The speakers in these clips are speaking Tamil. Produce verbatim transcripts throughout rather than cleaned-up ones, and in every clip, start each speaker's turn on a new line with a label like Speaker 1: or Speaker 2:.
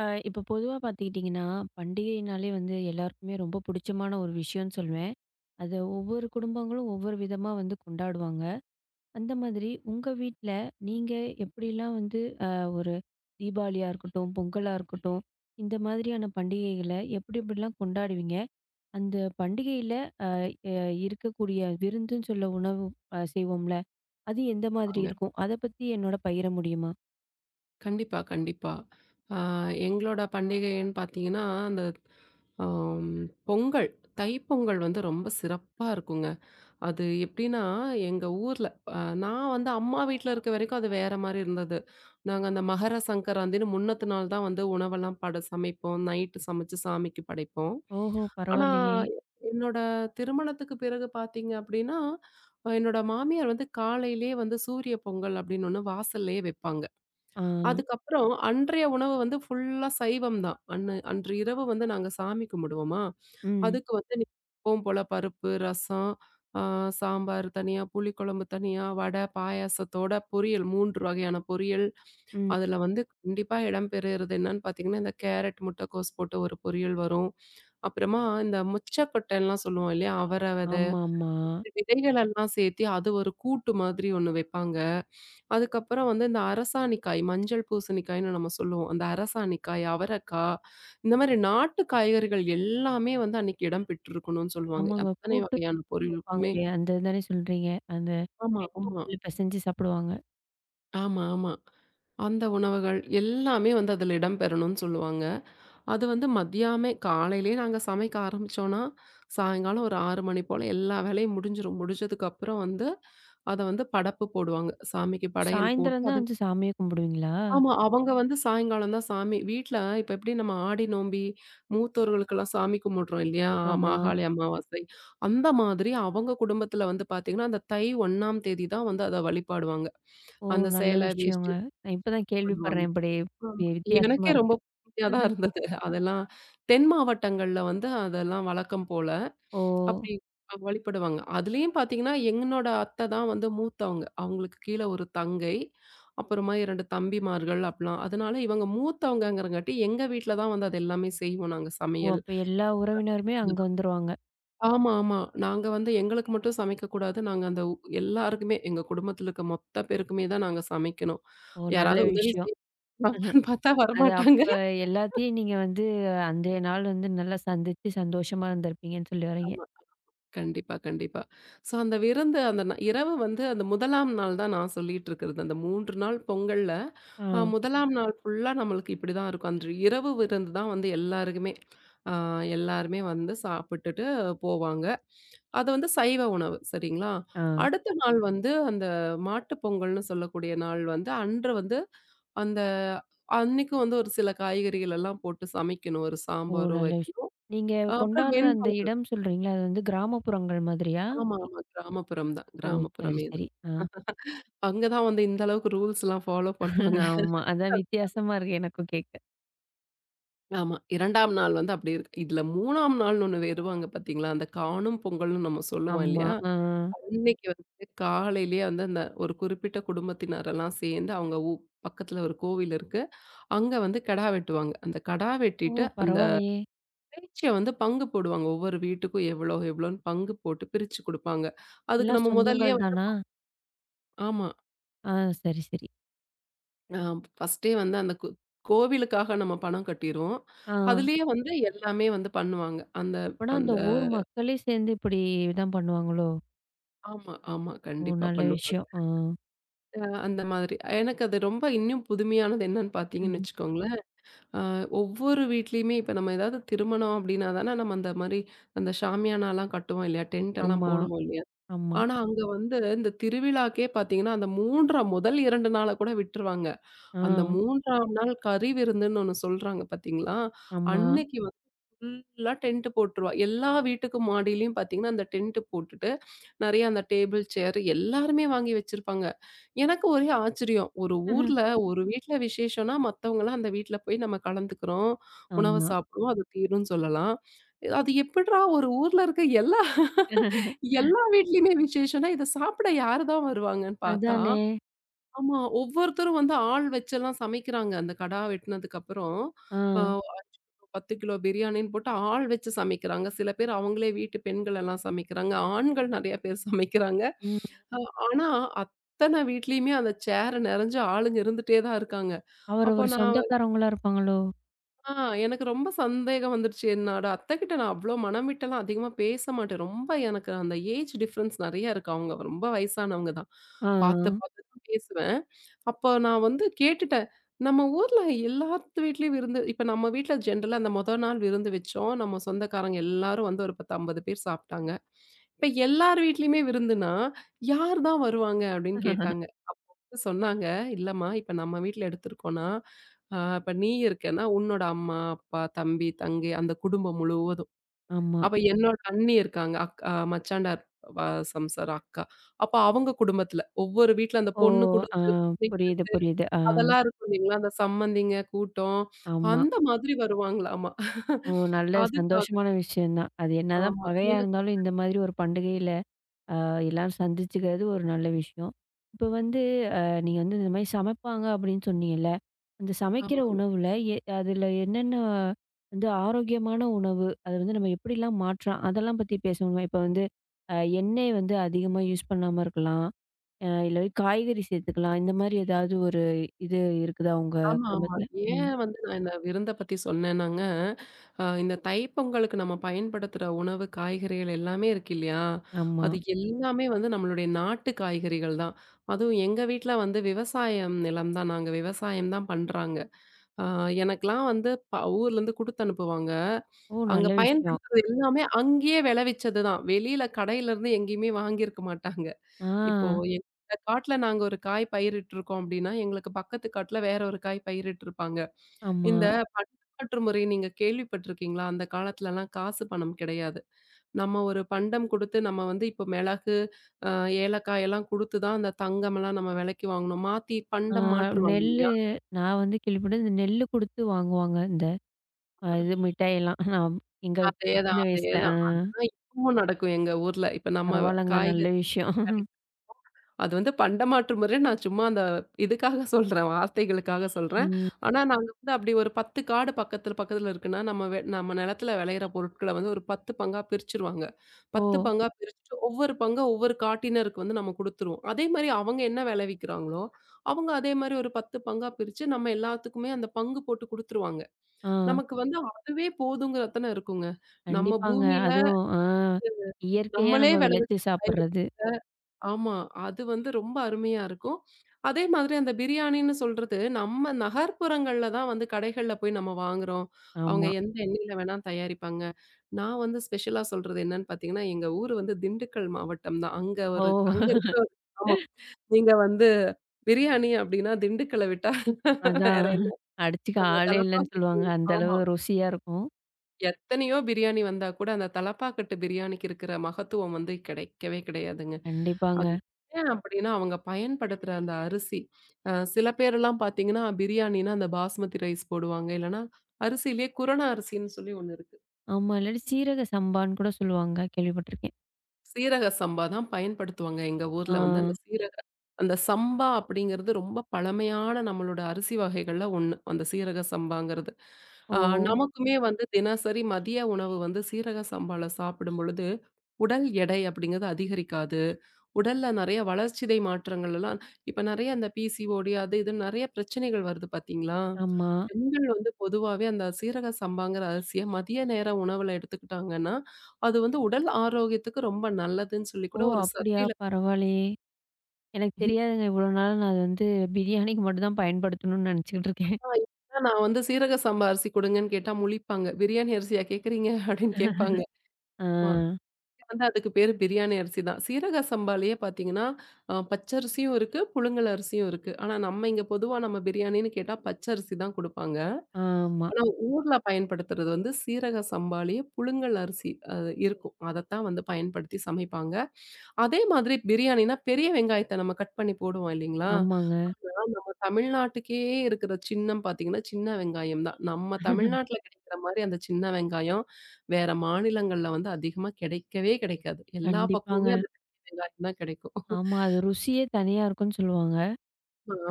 Speaker 1: அ இப்போ பொதுவா பார்த்துக்கிட்டிங்கன்னா, பண்டிகைனாலே வந்து எல்லாருக்குமே ரொம்ப புடிச்சமான ஒரு விஷயம்னு சொல்லுவேன். அத ஒவ்வொரு குடும்பங்களும் ஒவ்வொரு விதமா வந்து கொண்டாடுவாங்க. அந்த மாதிரி உங்க வீட்ல நீங்க எப்படிலாம் வந்து அ ஒரு தீபாவளியா இருக்கட்டும், பொங்கலா இருக்கட்டும், இந்த மாதிரியான பண்டிகைகள எப்படி எப்படிலாம் கொண்டாடுவீங்க? அந்த பண்டிகையில அ எ இருக்கக்கூடிய விருந்துன்னு சொல்ல உணவு அ செய்வோம்ல, அது எந்த மாதிரி
Speaker 2: இருப்பாங்க.
Speaker 1: இருக்கும்? அத பத்தி என்னோட பகிர முடியுமா?
Speaker 2: கண்டிப்பா, கண்டிப்பா. ஆ எங்களோட பண்டிகைன்னு பார்த்தீங்கன்னா, அந்த ஆம் பொங்கல், தைப்பொங்கல் வந்து ரொம்ப சிறப்பா இருக்குங்க. அது எப்படின்னா, எங்க ஊர்ல அ நான் வந்து அம்மா வீட்ல இருக்க வரைக்கும் அது வேற மாரி இருந்தது. நாங்க அந்த மகர சங்கராந்தின்னு முன்னத்து நாள் தான் வந்து உணவெல்லாம் பட சமைப்போம். நைட்டு சமைச்சு சாமிக்கு படைப்போம்.
Speaker 1: ஓஹோ!
Speaker 2: ஆனா,
Speaker 1: பரவாயில்லையே!
Speaker 2: என்னோட திருமணத்துக்கு பிறகு பார்த்தீங்க அப்படின்னா, அஹ் என்னோட மாமியார் வந்து காலையிலேயே வந்து சூரிய பொங்கல் அப்படின்னு ஒண்ணு வாசல்லயே வைப்பாங்க.
Speaker 1: ஆ.
Speaker 2: அதுக்கப்புறம் அன்றைய உணவு வந்து ஃபுல்லா சைவம் தான். அன்னு அன்று இரவு வந்து நாங்க சாமி கும்பிடுவோமா,
Speaker 1: ம்.
Speaker 2: அதுக்கு வந்து நீ எப்பவும் போல பருப்பு, ரசம், ஆ சாம்பார் தனியா, புளிக்குழம்பு தனியா, வடை, பாயாசத்தோட பொரியல் மூன்று வகையான பொரியல்.
Speaker 1: ம்.
Speaker 2: அதுல வந்து கண்டிப்பா இடம்பெறுறது என்னன்னு பார்த்தீங்கன்னா, இந்த கேரட் முட்டைக்கோஸ் போட்டு ஒரு பொரியல் வரும். அப்புறமா இந்த முச்சக்கொட்டைலாம் சொல்லுவோம் இல்லையா? அவர வித
Speaker 1: ஆமாமா.
Speaker 2: விதைகளெல்லாம் சேர்த்து அது ஒரு கூட்டு மாதிரி ஒண்ணு வைப்பாங்க. அதுக்கப்புறம் வந்து இந்த அரசாணிக்காய், மஞ்சள் பூசணிக்காய்ன்னு நம்ம சொல்லுவோம். அந்த அரசாணிக்காய், அவரக்காய் இந்த மாரி நாட்டு காய்கறிகள் எல்லாமே வந்து அன்னைக்கு இடம் பெற்றிருக்கணும்னு சொல்லுவாங்க.
Speaker 1: ஆமாங்க.
Speaker 2: அத்தனை
Speaker 1: கூட்டு
Speaker 2: வகையான
Speaker 1: வைப்பாங்க
Speaker 2: பொருளுக்குமே
Speaker 1: இல்லையா? அந்த தானே சொல்றீங்க? அந்த
Speaker 2: ஆமா,
Speaker 1: வெண்
Speaker 2: ஆமா.
Speaker 1: பொங்கல்ல பெசஞ்சு சாப்பிடுவாங்க.
Speaker 2: ஆமா, ஆமா. அந்த உணவுகள் எல்லாமே வந்து அதில இடம் பெறணும்னு சொல்லுவாங்க. அது வந்து மதியானமே காலையிலேயே நாங்க சமைக்க ஆரம்பிச்சோம்னா, சாயங்காலம் ஒரு ஆறு மணி போல எல்லா வேலையும் முடிஞ்சிரும். முடிஞ்சதுக்கப்புறம் வந்து அத வந்து படப்பு போடுவாங்க. சாமிக்கு படையல்
Speaker 1: சாயந்தரம் தான்
Speaker 2: போட்டு
Speaker 1: வந்து சாமியே கும்பிடுவீங்களா?
Speaker 2: ஆமா. அவங்க வந்து சாயங்காலம் தான் சாமி வீட்ல இப்ப எப்படி நம்ம ஆடி நோம்பி மூத்தோர்களுக்கெல்லாம் சாமி கும்பிடுறோம் இல்லையா? ஆ,
Speaker 1: ஆமா.
Speaker 2: மாகாளி அமாவாசை. அந்த மாதிரி அவங்க குடும்பத்தில வந்து பார்த்தீங்கன்னா, அந்த தை முதலாம் தேதி தான் வந்து அத வழிபாடுவாங்க.
Speaker 1: ஓ!
Speaker 2: அந்த
Speaker 1: நல்ல
Speaker 2: சேலை,
Speaker 1: விஷயங்க.
Speaker 2: வேஷ்டி
Speaker 1: நான் இப்ப தான்
Speaker 2: ஆமா.
Speaker 1: கேள்விப்படுறேன். இப்படி வி வித்தியாசமா
Speaker 2: எனக்கே ரொம்ப
Speaker 1: இருக்கு.
Speaker 2: புதுமையா தான் இருந்தது. அதெல்லாம் தென் மாவட்டங்கள்ல வந்து அதெல்லாம் வழக்கம் போல.
Speaker 1: ஓ!
Speaker 2: அப்படி அ வழிபடுவாங்க. அதுலயும் பார்த்தீங்கன்னா, என்னோட அத்தை தான் வந்து மூத்தவங்க. அவங்களுக்கு கீழ ஒரு தங்கை, அப்புறமா இரண்டு தம்பிமார்கள் அப்பலாம். அதனால இவங்க மூத்தவங்கங்கிறங்காட்டி, எங்க வீட்ல தான் வந்து அது எல்லாமே செய்வோம் நாங்க
Speaker 1: ஓ!
Speaker 2: சமையல்.
Speaker 1: அப்ப எல்லா உறவினருமே அங்க வந்துருவாங்க.
Speaker 2: ஆமா, ஆமா. நாங்க வந்து எங்களுக்கு மட்டும் சமைக்கக்கூடாது. நாங்க அந்த உ எல்லாருக்குமே, எங்க குடும்பத்துல இருக்க மொத்த பேருக்குமே தான் நாங்க சமைக்கணும்.
Speaker 1: ஓ!
Speaker 2: யாராவது
Speaker 1: நல்ல
Speaker 2: உதவி
Speaker 1: விஷயம்.
Speaker 2: செய்வாங்களான்னு பார்த்தா
Speaker 1: அது
Speaker 2: வரமாட்டாங்க.
Speaker 1: அப்ப எல்லாத்தையும் நீங்க வந்து அன்றைய நாள் வந்து நல்லா சந்திச்சு சந்தோஷமா இருந்திருப்பீங்கன்னு சொல்லி வர்றீங்க.
Speaker 2: ஆமா. கண்டிப்பா, கண்டிப்பா. ஸோ அந்த விருந்து அந்த ந இரவு வந்து அந்த முதலாம் நாள் தான் நான் சொல்லிட்டு இருக்கிறது. அந்த மூன்று நாள் பொங்கல்ல அ
Speaker 1: ஆ.
Speaker 2: முதலாம் நாள் ஃபுல்லா நம்மளுக்கு இப்படிதான் இருக்கும். அன்று இரவு விருந்து தான் வந்து எல்லாருக்குமே. அ எல்லாருமே வந்து சாப்பிட்டுட்டு போவாங்க. அது வந்து சைவ உணவு சரிங்களா?
Speaker 1: ஆ.
Speaker 2: அடுத்த நாள் வந்து அந்த மாட்டு பொங்கல்னு சொல்லக்கூடிய நாள் வந்து அன்று வந்து அந்த அன்னைக்கு வந்து ஒரு சில காய்கறிகள் எல்லாம் போட்டு சமைக்கணும். ஒரு
Speaker 1: ஓ!
Speaker 2: சாம்பாரோ
Speaker 1: நல்ல விஷயம்.
Speaker 2: வைக்கணும்.
Speaker 1: நீங்க
Speaker 2: அப்புறம்
Speaker 1: கொண்டாடுற அந்த
Speaker 2: வெண்பொங்கல்
Speaker 1: இடம் சொல்றீங்கல்ல, அது வந்து கிராமப்புறங்கள் மாதிரியா?
Speaker 2: ஆமா,
Speaker 1: இ
Speaker 2: ஆமா. கிராமப்புறம் தான்.
Speaker 1: ஓ! சரி,
Speaker 2: கிராமப்புறமே
Speaker 1: சரி. ஆ.
Speaker 2: அங்க தான் வந்து இந்த அளவுக்கு ரூல்ஸ்லாம் ஃபாலோ பண்ணுவாங்க.
Speaker 1: ஆமா. அதான் வித்தியாசமா இருக்கு எனக்கும் கேட்க.
Speaker 2: ஆமா. இரண்டாம் நாள் வந்து அப்படி இருக்கு. இதுல மூணாம் நாள்னு ஒண்ணு வருவாங்க பார்த்தீங்களா? அந்த காணும் பொங்கல்னு நம்ம சொல்லுவோம்
Speaker 1: ஆமா.
Speaker 2: இல்லையா?
Speaker 1: ஆ.
Speaker 2: அன்னைக்கு வந்து காலையிலேயே வந்து அந்த ஒரு குறிப்பிட்ட குடும்பத்தினரெல்லாம் சேர்ந்து அவங்க ஊ பக்கத்துல ஒரு கோவில் இருக்கு. அங்க வந்து கிடா வெட்டுவாங்க. அந்த கிடா
Speaker 1: ஓ!
Speaker 2: வெட்டிட்டு அந்த
Speaker 1: பரவாயில்லையே!
Speaker 2: இறைச்சிய வந்து பங்கு போடுவாங்க. ஒவ்வொரு வீட்டுக்கும் எவ்வளோ எவ்வளோன்னு பங்கு போட்டு பிரிச்சு குடுப்பாங்க. அதுக்கு
Speaker 1: எல்லாம்
Speaker 2: நம்ம முதல்லயே
Speaker 1: சொந்தங்கள்
Speaker 2: வந்து
Speaker 1: தானா?
Speaker 2: ஆமா.
Speaker 1: ஆ. சரி, சரி.
Speaker 2: ஆ ஃபர்ஸ்ட்டே வந்து அந்த கோ கோவிலுக்காக நம்ம பணம் கட்டிருவோம்.
Speaker 1: ஆ.
Speaker 2: அதுலயே வந்து எல்லாமே வந்து பண்ணுவாங்க. அந்த
Speaker 1: அப்பனா அந்த
Speaker 2: அந்த
Speaker 1: ஊர் மக்களே சேர்ந்து இப்படி தான் பண்ணுவாங்களோ?
Speaker 2: ஆமா, ஆமா.
Speaker 1: ஓ!
Speaker 2: கண்டிப்பா
Speaker 1: நல்ல
Speaker 2: பண்ணுவாங்க.
Speaker 1: விஷயம். ஆ.
Speaker 2: அ அந்த மாதிரி. எனக்கு அது ரொம்ப இன்னும் புதுமையானது என்னன்னு பார்த்தீங்கன்னு
Speaker 1: ம்.
Speaker 2: வச்சுக்கோங்களேன், அ ஒவ்வொரு வீட்லயுமே இப்ப நம்ம ஏதாவது திருமணம் அப்டின்னா தானே நம்ம அந்த மாரி அந்த ஷாமியானாலாம் கட்டுவோம் இல்லையா? டென்ட் எல்லாம்
Speaker 1: ஆமா,
Speaker 2: போடுவோம் இல்லையா?
Speaker 1: ஆமா.
Speaker 2: ஆனா அங்க வந்து இந்த திருவிழாக்கே பார்த்தீங்கன்னா, அந்த மூன்றாம் முதல் இரண்டு நாள கூட விட்டுருவாங்க. அந்த
Speaker 1: ஆ.
Speaker 2: 3ஆம் நாள் கறி விருந்துன்னு ஒண்ணு சொல்றாங்க பார்த்தீங்களா?
Speaker 1: ஆமா.
Speaker 2: அன்னைக்கு ஃபுல்லா டென்ட் போட்டுருவா. எல்லா வீட்டுக்கு மாடியிலயும் பார்த்தீங்கன்னா, அந்த டென்ட் போட்டுட்டு, நெறைய அந்த டேபிள், சேர் எல்லாருமே வாங்கி வச்சிருப்பாங்க. எனக்கு ஒரே ஆச்சரியம். ஒரு ஊர்ல ஒரு வீட்ல விசேஷம்னா, மத்தவங்கலாம் அந்த வீட்ல போய் நம்ம கலந்துக்கிறோம், உணவு
Speaker 1: ஆமா.
Speaker 2: சாப்பிடுவோம், அது தீரும்னு சொல்லலாம். அது எப்பிட்றா ஒரு ஊர்ல இருக்க எல்லா எல்லா வீட்லயுமே விசேஷம்னா, இத சாப்பிட யாரு தான் வருவாங்கன்னு பார்த்தா,
Speaker 1: அதானே!
Speaker 2: ஆமா ஒவ்வொருத்தரும் வந்து ஆள் வச்செல்லாம் சமைக்கிறாங்க. அந்த கடா வெட்டுனதுக்கு அப்புறம்.
Speaker 1: ஆ.
Speaker 2: அ பத்து கிலோ பிரியாணின்னு போட்டு ஆள் வச்சு சமைக்கிறாங்க. சில பேர் அவங்களே வீட்டு பெண்கள் எல்லாம் சமைக்கிறாங்க. ஆண்கள் நெறைய பேர் சமைக்கிறாங்க.
Speaker 1: ம்.
Speaker 2: அ ஆனா அத்தன வீட்லயுமே அந்த சேர் நெறைஞ்சு ஆளுங்க இருந்துட்டே தான் இருக்காங்க. அப்போ
Speaker 1: அவரவர்
Speaker 2: நான்
Speaker 1: சொந்தக்காரவங்களா இருப்பாங்களோ?
Speaker 2: ஆ எனக்கு ரொம்ப சந்தேகம் வந்துருச்சு. என்னோட அத்தைகிட்ட நான் அவ்ளோ மனம் விட்டெல்லாம் அதிகமா பேச மாட்டேன். ரொம்ப எனக்கு அந்த ஏஜ் டிஃபரன்ஸ் நெறைய இருக்கு. அவங்க ரொம்ப வயசானவங்க தான்.
Speaker 1: ஆ.
Speaker 2: பார்த்து பார்த்து தான் பேசுவேன். அப்போ நான் வந்து கேட்டுட்டேன். நம்ம ஊர்ல எல்லாத்து வீட்லயும் விருந்து இப்ப நம்ம வீட்ல ஜென்ரலா அந்த மொத நாள் விருந்து வச்சோம். நம்ம சொந்தக்காரங்க எல்லாரும் வந்து ஒரு பத்து, ஐம்பது பேர் சாப்ட்டாங்க. இப்ப எல்லார் வீட்லயுமே விருந்துனா, யார் தான் வருவாங்க? அப்டின்னு கேட்டாங்க. சொன்னாங்க. இல்லம்மா, இப்ப நம்ம வீட்ல எடுத்துருக்கோம்ன்னா, அ இப்ப நீ இருக்கேன்னா, உன்னோட அம்மா, அப்பா, தம்பி, தங்கை அந்த குடும்பம் முழுவதும்.
Speaker 1: ஆமா.
Speaker 2: அப்ப என்னோட அண்ணி இருக்காங்க. அக் அ மச்சாண்டார் வ சம்சார் அக்கா. அப்ப அவங்க குடும்பத்துல ஒவ்வொரு வீட்ல அந்த
Speaker 1: ஓ!
Speaker 2: பொண்ணு
Speaker 1: ஆ.
Speaker 2: குடுத்து
Speaker 1: புரியுது,
Speaker 2: வைக்கிறது
Speaker 1: புரியுது. ஆ.
Speaker 2: அதெல்லாம் இருக்கும் இல்லைங்களா? அந்த சம்மந்திங்க கூட்டம்.
Speaker 1: ஆமா.
Speaker 2: அந்த மாதிரி வருவாங்களாமா.
Speaker 1: ஓ! நல்ல
Speaker 2: அதுக்காக.
Speaker 1: சந்தோஷமான விஷயம் தான். அது என்னதான்
Speaker 2: ஆமா.
Speaker 1: பகையா
Speaker 2: எனக்கு
Speaker 1: இருந்தாலும் இந்த மாதிரி ஒரு பண்டிகையில அ எல்லாரும் சந்திச்சுக்கிறது ஒரு நல்ல விஷயம். இப்ப வந்து அ நீங்க வந்து இந்த மாரி சமைப்பாங்க அப்படின்னு சொன்னீங்கல்ல. அந்த சமைக்கிற உணவுல எ அதுல என்னென்ன வந்து ஆரோக்கியமான உணவு, அத வந்து நம்ம எப்படிலாம் மாற்றலாம்? அதெல்லாம் பத்தி பேசணுமா? இப்ப வந்து அ எண்ணெய் வந்து அதிகமா யூஸ் பண்ணாம இருக்கலாம். அ இல்ல காய்கறி சேர்த்துக்கலாம். இந்த மாரி ஏதாவது ஒரு இது இருக்குதா உங்க
Speaker 2: ஆமா, ஆமா.
Speaker 1: குடும்பத்துல? ம்.
Speaker 2: ஏன் வந்து நான் இந்த விருந்த பத்தி சொன்னேன்னாங்க, அ இந்த தைப்பொங்கலுக்கு நம்ம பயன்படுத்துற உணவு, காய்கறிகள் எல்லாமே இருக்கு இல்லையா?
Speaker 1: ஆமா.
Speaker 2: அது எல்லாமே வந்து நம்மளுடைய நாட்டு காய்கறிகள் தான். அதுவும் எங்க வீட்ல வந்து விவசாயம் நிலம் தான். நாங்க விவசாயம் தான் பண்றாங்க. அ எனக்கெல்லாம் வந்து ப ஊர்லேருந்து குடுத்து அனுப்புவாங்க.
Speaker 1: ஓ!
Speaker 2: அங்க
Speaker 1: நல்ல விஷயம்.
Speaker 2: பயன்படுத்துறது எல்லாமே அங்கேயே விளைவிச்சது தான். வெளியில கடையிலேருந்து எங்கேயுமே வாங்கியிருக்க மாட்டாங்க.
Speaker 1: ஆ.
Speaker 2: இப்போ எங்க காட்டுல நாங்க ஒரு காய் பயிரிட்டுருக்கோம் அப்படின்னா, எங்களுக்கு பக்கத்து காட்டுல வேற ஒரு காய் பயிரிட்டுருப்பாங்க.
Speaker 1: ஆமா.
Speaker 2: இந்த பண்டமாற்று முறை நீங்க கேள்விப்பட்டிருக்கீங்களா? அந்த காலத்துலலாம் காசு பணம் கிடையாது. நம்ம ஒரு பண்டம் குடுத்து நம்ம வந்து இப்போ மிளகு, அ ஏலக்காய் எல்லாம் குடுத்து தான் அந்த தங்கம்லாம் நம்ம விலைக்கு வாங்கணும். மாத்தி
Speaker 1: ஆ.
Speaker 2: பண்டம் மாற்றுவாங்க
Speaker 1: நெல்லு
Speaker 2: இல்லையா?
Speaker 1: நான் வந்து கேள்விப்பட்டது இந்த நெல்லு குடுத்து வாங்குவாங்க. இந்த அ இது மிட்டாயெல்லாம். நான் எங்க
Speaker 2: அதேதான்,
Speaker 1: சின்ன வயசுல. ஆ.
Speaker 2: அதேதான். அதுதான் இப்பவும் நடக்கும் எங்க ஊர்ல. இப்ப நம்ம
Speaker 1: பரவால்லங்க. நல்ல
Speaker 2: காய்கறி
Speaker 1: விஷயம்.
Speaker 2: அது வந்து பண்டமாற்று முறை. நான் சும்மா அந்த இதுக்காக சொல்றேன். வார்த்தைகளுக்காக சொல்றேன்.
Speaker 1: ம்.
Speaker 2: ஆனா, நாங்க வந்து அப்படி ஒரு பத்து காடு பக்கத்துல, பக்கத்துல இருக்குன்னா, நம்ம வெ நம்ம நிலத்துல விளையிற பொருட்கள வந்து ஒரு பத்து பங்கா பிரிச்சுருவாங்க.
Speaker 1: ஓ!
Speaker 2: பத்து பங்கா பிரிச்சுட்டு, ஒவ்வொரு பங்கா ஒவ்வொரு காட்டினருக்கு வந்து நம்ம குடுத்துருவோம். அதே மாரி அவங்க என்ன விளைவிக்கிறாங்களோ, அவங்க அதே மாரி ஒரு பத்து பங்கா பிரிச்சு, நம்ம எல்லாத்துக்குமே அந்த பங்கு போட்டு குடுத்துருவாங்க.
Speaker 1: ஆ.
Speaker 2: நமக்கு வந்து அதுவே போதுங்கிற அத்தன இருக்குங்க. நம்ம
Speaker 1: கண்டிப்பாங்க.
Speaker 2: பூமியில
Speaker 1: அதுவும் ஆ இயற்கையா
Speaker 2: நம்மளே
Speaker 1: நம்ம விளைச்சு
Speaker 2: விளைவிச்ச காய்கறி
Speaker 1: சாப்பிடுறது.
Speaker 2: ஆமா. அது வந்து ரொம்ப அருமையா இருக்கும். அதே மாதிரி அந்த பிரியாணின்னு சொல்றது, நம்ம நகர்ப்புறங்கள்ல தான் வந்து கடைகள்ல போய் நம்ம வாங்குறோம். அவங்க
Speaker 1: ஆமா.
Speaker 2: எந்த எண்ணெயில வேணா தயாரிப்பாங்க. நான் வந்து ஸ்பெஷலா சொல்றது என்னன்னு பார்த்தீங்கன்னா, எங்க ஊரு வந்து திண்டுக்கல் மாவட்டம் தான். அங்க ஒரு
Speaker 1: ஓ!
Speaker 2: அங்க இருக்கிற ஒரு ஆமா. நீங்க வந்து பிரியாணி அப்டின்னா திண்டுக்கல்ல விட்டா வேற
Speaker 1: அதான்.
Speaker 2: என்ன
Speaker 1: அடிச்சுக்க
Speaker 2: அந்த
Speaker 1: ஆளே இல்லன்னு
Speaker 2: தலப்பாக்கட்டு
Speaker 1: சொல்லுவாங்க. அந்த
Speaker 2: ஆமா.
Speaker 1: அளவு ருசியா இருக்கும்.
Speaker 2: எத்தனையோ பிரியாணி வந்தா கூட அந்த தலப்பாக்கட்டு பிரியாணிக்கு இருக்கிற மகத்துவம் வந்து கிடைக்கவே கிடையாதுங்க.
Speaker 1: கண்டிப்பாங்க.
Speaker 2: அது ஏன் அப்படின்னா, அவங்க பயன்படுத்துற அந்த அரிசி. அ சில பேரெல்லாம் பார்த்தீங்கன்னா, பிரியாணின்னா அந்த பாஸ்மதி ரைஸ் போடுவாங்க. இல்லன்னா, அரிசியிலேயே குரண அரிசின்னு சொல்லி ஒண்ணு இருக்கு.
Speaker 1: ஆமா. இல்லாட்டி சீரக சம்பான்னு கூட சொல்லுவாங்க. கேள்விப்பட்டுருக்கேன்.
Speaker 2: சீரக சம்பா தான் பயன்படுத்துவாங்க. எங்க
Speaker 1: ஆ.
Speaker 2: ஊர்ல வந்து அந்த சீரக அந்த சம்பா அப்படிங்கிறது ரொம்ப பழமையான நம்மளோட அரிசி வகைகள்ல ஒண்ணு. அந்த சீரக சம்பாங்கிறது.
Speaker 1: ஓ!
Speaker 2: அ நமக்குமே வந்து தினசரி மதிய உணவு வந்து சீரக சம்பால சாப்பிடும் பொழுது, உடல் எடை அப்படிங்கிறது அதிகரிக்காது. உடல்ல நிறைய வளர்சிதை மாற்றங்கள் எல்லாம் இப்ப நிறைய அந்த பிசிஓடி அது இது நிறைய பிரச்சனைகள் வருது பாத்தீங்களா?
Speaker 1: ஆமா.
Speaker 2: பெண்கள் வந்து பொதுவாவே அந்த சீரக சம்பாங்கிற அரிசிய மதிய நேர உணவுல எடுத்துக்கிட்டாங்கன்னா, அது வந்து உடல் ஆரோக்கியத்துக்கு ரொம்ப நல்லதுன்னு சொல்லி
Speaker 1: ஓ!
Speaker 2: கூட ஒரு
Speaker 1: அப்படியா?
Speaker 2: சர்வேல
Speaker 1: பரவாயில்லயே! எனக்கு தெரியாதுங்க. இவ்வளோ நாளா நான் அது வந்து பிரியாணிக்கு மட்டும் தான் பயன்படுத்தணும்னு நெனச்சுக்கிட்டு இருக்கேன்.
Speaker 2: நான் வந்து சீரக சம்பா அரிசி குடுங்கன்னு கேட்டா முழிப்பாங்க. பிரியாணி அரிசியா கேட்குறீங்க? அப்படின்னு கேட்பாங்க.
Speaker 1: ஆ.
Speaker 2: ஆமா. வந்து அதுக்கு பேரு பிரியாணி அரிசி தான். சீரக சம்பாலயே பாத்தீங்கன்னா, அ பச்சரிசியும் இருக்கு, புழுங்கல் அரிசியும் இருக்கு. ஆனா நம்ம இங்க பொதுவா நம்ம பிரியாணின்னு கேட்டா பச்சரிசி தான் குடுப்பாங்க.
Speaker 1: ஆமா.
Speaker 2: ஆனா ஊர்ல பயன்படுத்துறது வந்து சீரக சம்பாலேயே புழுங்கல் அரிசி அது இருக்கும். அதத்தான் வந்து பயன்படுத்தி சமைப்பாங்க. அதே மாதிரி பிரியாணின்னா பெரிய வெங்காயத்த நம்ம கட் பண்ணி போடுவோம் இல்லைங்களா?
Speaker 1: ஆமாங்க.
Speaker 2: நம்ம தமிழ்நாட்டுக்கே இருக்கிற சின்னம் பார்த்தீங்கன்னா, சின்ன வெங்காயம் தான். நம்ம தமிழ்நாட்டுல கிடைக்கிற மாரி அந்த சின்ன வெங்காயம் வேற மாநிலங்கள்ல வந்து அதிகமா கிடைக்கவே கிடைக்காது. எல்லா
Speaker 1: கண்டிப்பாங்க.
Speaker 2: பக்கமுமே அந்த பெரிய வெங்காயம் தான் கிடைக்கும்.
Speaker 1: ஆமா. அது ருசியே தனியா இருக்கும்னு சொல்லுவாங்க.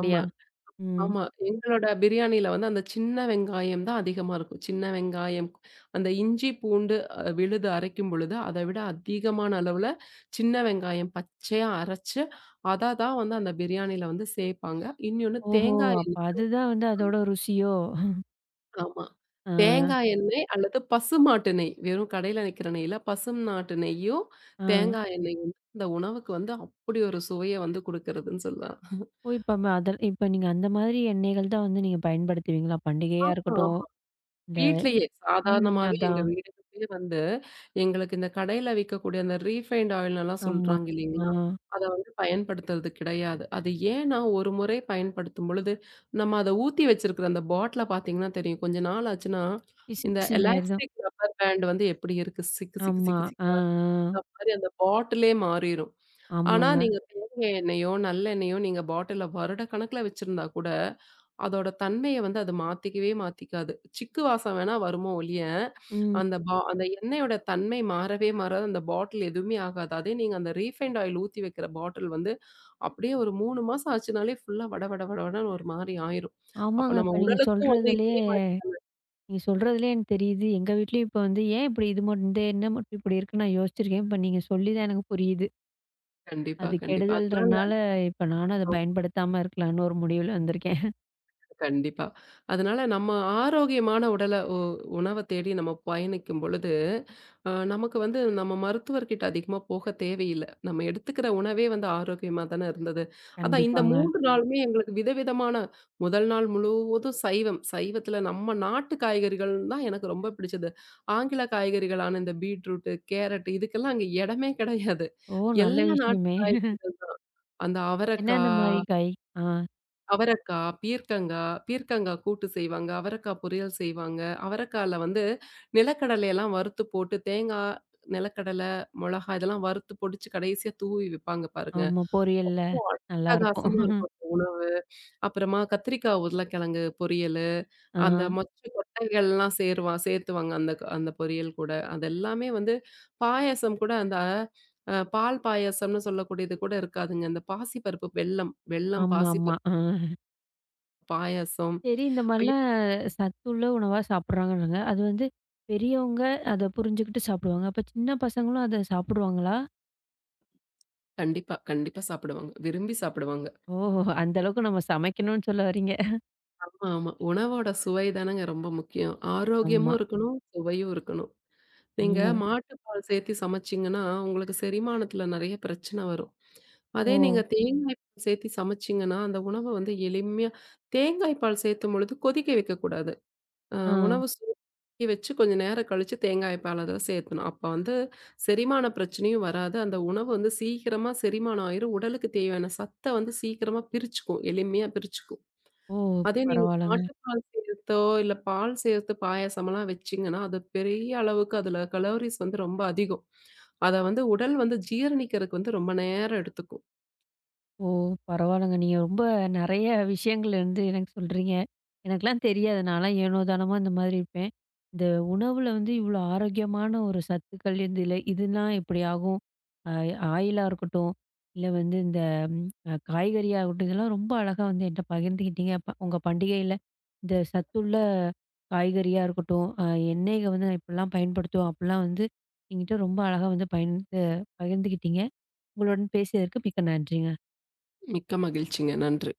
Speaker 2: ஆமா.
Speaker 1: ம்.
Speaker 2: ஆமா. எங்களோட பிரியாணில வந்து அந்த சின்ன வெங்காயம் தான் அதிகமா இருக்கும். சின்ன வெங்காயம், அந்த இஞ்சி, பூண்டு அ விழுது அரைக்கும் பொழுது, அத விட அதிகமான அளவுல சின்ன வெங்காயம் பச்சையா அரைச்சு, அத தான் வந்து அந்த பிரியாணில வந்து சேர்ப்பாங்க. இன்னொன்னு
Speaker 1: ஓஹோ!
Speaker 2: தேங்காய்
Speaker 1: அப்ப
Speaker 2: எண்ணெய்.
Speaker 1: அதுதான் வந்து அதோட ருசியோ?
Speaker 2: ஆமா.
Speaker 1: ஆ.
Speaker 2: தேங்காய் எண்ணெய் அல்லது பசுமாட்டு நெய். வெறும் கடையில விக்கிற நெய்ல பசும் நாட்டு நெய்யும்,
Speaker 1: ஆ.
Speaker 2: தேங்காய் எண்ணெயும் இந்த உணவுக்கு வந்து அப்படி ஒரு சுவைய வந்து குடுக்குறதுன்னு சொல்லலாம்.
Speaker 1: ஓ! இப்ப ம அதல் இப்ப நீங்க அந்த மாதிரி எண்ணெய்கள் தான் வந்து நீங்க பயன்படுத்துவீங்களா? பண்டிகையா இருக்கட்டும்,
Speaker 2: ஆமா.
Speaker 1: இந்த
Speaker 2: வீட்லயே
Speaker 1: ம்.
Speaker 2: சாதாரணமாவே எங்க
Speaker 1: அதான்.
Speaker 2: வீட்டுக்கு வந்து, எங்களுக்கு இந்த கடையில விக்கக்கூடிய அந்த ரீஃபைண்ட் ஆயில்னலாம்
Speaker 1: ஆமா.
Speaker 2: சொல்றாங்க
Speaker 1: ஆ.
Speaker 2: இல்லைங்களா? அத வந்து பயன்படுத்துறது கிடையாது. அது ஏன்னா, ஒரு முறை பயன்படுத்தும் பொழுது, நம்ம அத ஊத்தி வச்சிருக்கிற அந்த பாட்டில பார்த்தீங்கன்னா தெரியும். கொஞ்ச நாள் ஆச்சுன்னா,
Speaker 1: பிசு
Speaker 2: இந்த
Speaker 1: பிசுன்னு ஆயிரும்.
Speaker 2: எலாஸ்டிக் ரப்பர் பேண்ட் வந்து எப்படி இருக்கு? சிக்கு சிக்கு
Speaker 1: ஆமா.
Speaker 2: சிக்கு
Speaker 1: ஆ,
Speaker 2: சிக்கு அந்த
Speaker 1: ஆ.
Speaker 2: மாரி அந்த பாட்டிலே மாறிரும். ஆனா,
Speaker 1: ஆமாங்க.
Speaker 2: நீங்க தேங்காய் எண்ணெயோ, நல்லெண்ணெயோ நீங்க பாட்டில்ல வருடக்கணக்குல வச்சிருந்தா கூட அதோட தன்மைய வந்து அது மாத்திக்கவே மாத்திக்காது. சிக்கு வாசம் வேணா வருமோ ஒழிய,
Speaker 1: ம்.
Speaker 2: அந்த பா அந்த எண்ணெயோட தன்மை மாறவே மாறாது. அந்த பாட்டில் எதுவுமே ஆகாது. அதே நீங்க அந்த ரீஃபைண்ட் ஆயில் ஊத்தி வைக்கிற பாட்டில் வந்து அப்படியே ஒரு மூணு மாசம் ஆச்சுனாலே ஃபுல்லா வட வட வட வடன்னு ஒரு மாரி ஆயிரும். அப்ப
Speaker 1: ஆமாங்க.
Speaker 2: நம்ம
Speaker 1: இப்ப நீங்க
Speaker 2: உடலுக்கும் வந்து
Speaker 1: சொல்றதுலயே
Speaker 2: இதே மாரி
Speaker 1: நீங்க சொல்றதுலயே எனக்கு தெரியுது. எங்க வீட்லயும் இப்ப வந்து ஏன் இப்படி இது மட்டும் இந்த எண்ணம் மட்டும் இப்படி இருக்குன்னு நான் யோசிச்சிருக்கேன். இப்ப நீங்க சொல்லி தான் எனக்கு புரியுது.
Speaker 2: கண்டிப்பா,
Speaker 1: அது
Speaker 2: கண்டிப்பா. அதனால
Speaker 1: கெடுதல்ன்றனால இப்ப நானும் அத பயன்படுத்தாம இருக்கலாம்ன்னு ஒரு முடிவுல வந்திருக்கேன்.
Speaker 2: கண்டிப்பா. அதனால நம்ம ஆரோக்கியமான உடல உ உணவ தேடி நம்ம பயணிக்கும் பொழுது, அ நமக்கு வந்து நம்ம மருத்துவர்கிட்ட அதிகமா போக தேவையில்ல. நம்ம எடுத்துக்கிற உணவே வந்து ஆரோக்கியமா தானே இருந்தது. அதான் இந்த
Speaker 1: கண்டிப்பாங்க.
Speaker 2: மூன்று நாளுமே எங்களுக்கு விதவிதமான முதல் நாள் முழுவதும் சைவம். சைவத்தில நம்ம நாட்டு காய்கறிகள் தான் எனக்கு ரொம்ப பிடிச்சது. ஆங்கில காய்கறிகளான இந்த பீட்ரூட்டு, கேரட் இதுக்கெல்லாம் அங்க இடமே கிடையாது.
Speaker 1: ஓ! நல்ல
Speaker 2: எல்லா நாட்டு
Speaker 1: விஷயமே.
Speaker 2: காய்கறிகள் அந்த அவரக்கா
Speaker 1: என்னென்ன மாரி காய்? ஆ.
Speaker 2: அவரக்கா, பீர்க்கங்கா, பீர்க்கங்கா கூட்டு செய்வாங்க. அவரக்கா பொரியல் செய்வாங்க. அவரக்கால வந்து நிலக்கடலையெல்லாம் வறுத்து போட்டு தேங்காய், நிலக்கடலை, மொளகா இதெல்லாம் வறுத்து பொடிச்சு கடைசியா தூவி விப்பாங்க பாருங்க.
Speaker 1: ஆமா. பொரியல்ல நல்லாருக்கும்.
Speaker 2: அட்டகாசமா இருக்கும் அந்த உணவு. அப்புறமா கத்திரிக்காய், உருளைக்கிழங்கு பொரியலு,
Speaker 1: ஆ.
Speaker 2: அந்த மொச்சை கொட்டைகள்லாம் சேருவா சேர்த்துவாங்க அந்த க அந்த பொரியல் கூட. அது எல்லாமே வந்து பாயாசம் கூட அந்த அ பால் பாயாசம்னு சொல்லக்கூடியது கூட இருக்காதுங்க. அந்த பாசிப்பருப்பு வெல்லம், வெல்லம்
Speaker 1: ஆமாமா.
Speaker 2: பாசிப்பருப்பு
Speaker 1: ஆ.
Speaker 2: பாயாசம்.
Speaker 1: சரி, இந்த மாரிலாம் சத்துள்ள உணவா சாப்பிடுறாங்கறாங்க. அது வந்து பெரியவங்க அத புரிஞ்சுகிட்டு சாப்பிடுவாங்க. அப்ப சின்ன பசங்களும் அத சாப்பிடுவாங்களா?
Speaker 2: கண்டிப்பா, கண்டிப்பா சாப்பிடுவாங்க. விரும்பி சாப்பிடுவாங்க.
Speaker 1: ஓஹோ! அந்த அளவுக்கு நம்ம சமைக்கணும்னு சொல்ல வர்றீங்க.
Speaker 2: ஆமா, ஆமா. உணவோட சுவை தானங்க ரொம்ப முக்கியம். ஆரோக்கியமும்
Speaker 1: ஆமா.
Speaker 2: இருக்கணும், சுவையும் இருக்கணும். நீங்க
Speaker 1: ம்.
Speaker 2: மாட்டுப்பால் சேர்த்து சமைச்சீங்கன்னா, உங்களுக்கு செரிமானத்துல நெறைய பிரச்சனை வரும். அதே
Speaker 1: ஓ!
Speaker 2: நீங்க தேங்காய் பால் சேர்த்து சமைச்சீங்கன்னா, அந்த உணவ வந்து எளிமையா தேங்காய் பால் சேர்த்தும் பொழுது கொதிக்க வைக்கக்கூடாது. அ
Speaker 1: ஆ.
Speaker 2: உணவு சூடாக்கி வச்சு கொஞ்ச நேரம் கழிச்சு தேங்காய் பால் அதில சேர்த்தணும். அப்ப வந்து செரிமான பிரச்சனையும் வராது. அந்த உணவு வந்து சீக்கிரமா செரிமானம் ஆயிரும். உடலுக்கு தேவையான சத்த வந்து சீக்கிரமா பிரிச்சுக்கும். எளிமையா பிரிச்சுக்கும்.
Speaker 1: ஓ!
Speaker 2: அதே நீங்க
Speaker 1: பரவால்லங்க.
Speaker 2: மாட்டுப்பால் சேர்த்தோ, இல்ல பால் சேர்த்து பாயாசம்லாம் வச்சீங்கன்னா, அது பெரிய அளவுக்கு அதில கலோரிஸ் வந்து ரொம்ப அதிகம். அத வந்து உடல் வந்து ஜீரணிக்கிறதுக்கு வந்து ரொம்ப நேரம் எடுத்துக்கும்.
Speaker 1: ஓ! பரவால்லங்க. நீங்க ரொம்ப நெறைய விஷயங்கள் வந்து எனக்கு சொல்றீங்க. எனக்கெல்லாம் தெரியாது. நான்லாம் ஏனோ தானோமா இந்த மாதிரி இருப்பேன். இந்த உணவுல வந்து இவ்வளோ ஆரோக்கியமான ஒரு சத்துக்கள் இதுல இதெல்லாம் எப்படி ஆகும்? அ ஆயிலா இருக்கட்டும், இல்ல வந்து இந்த அ காய்கறியா ஆகட்டும், இதெல்லாம் ரொம்ப அழகா வந்து என்ட்ட பகிர்ந்துக்கிட்டீங்க. ப உங்க பண்டிகையில இந்த சத்துள்ள காய்கறியா இருக்கட்டும், அ எண்ணெய்க வந்து நான் இப்படிலாம் பயன்படுத்துவோம், அப்படிலாம் வந்து என்கிட்ட ரொம்ப அழகா வந்து பயந்து பகிர்ந்துக்கிட்டீங்க. உங்களுடன் பேசியதற்கு மிக்க நன்றிங்க.
Speaker 2: மிக்க மகிழ்ச்சிங்க. நன்றி.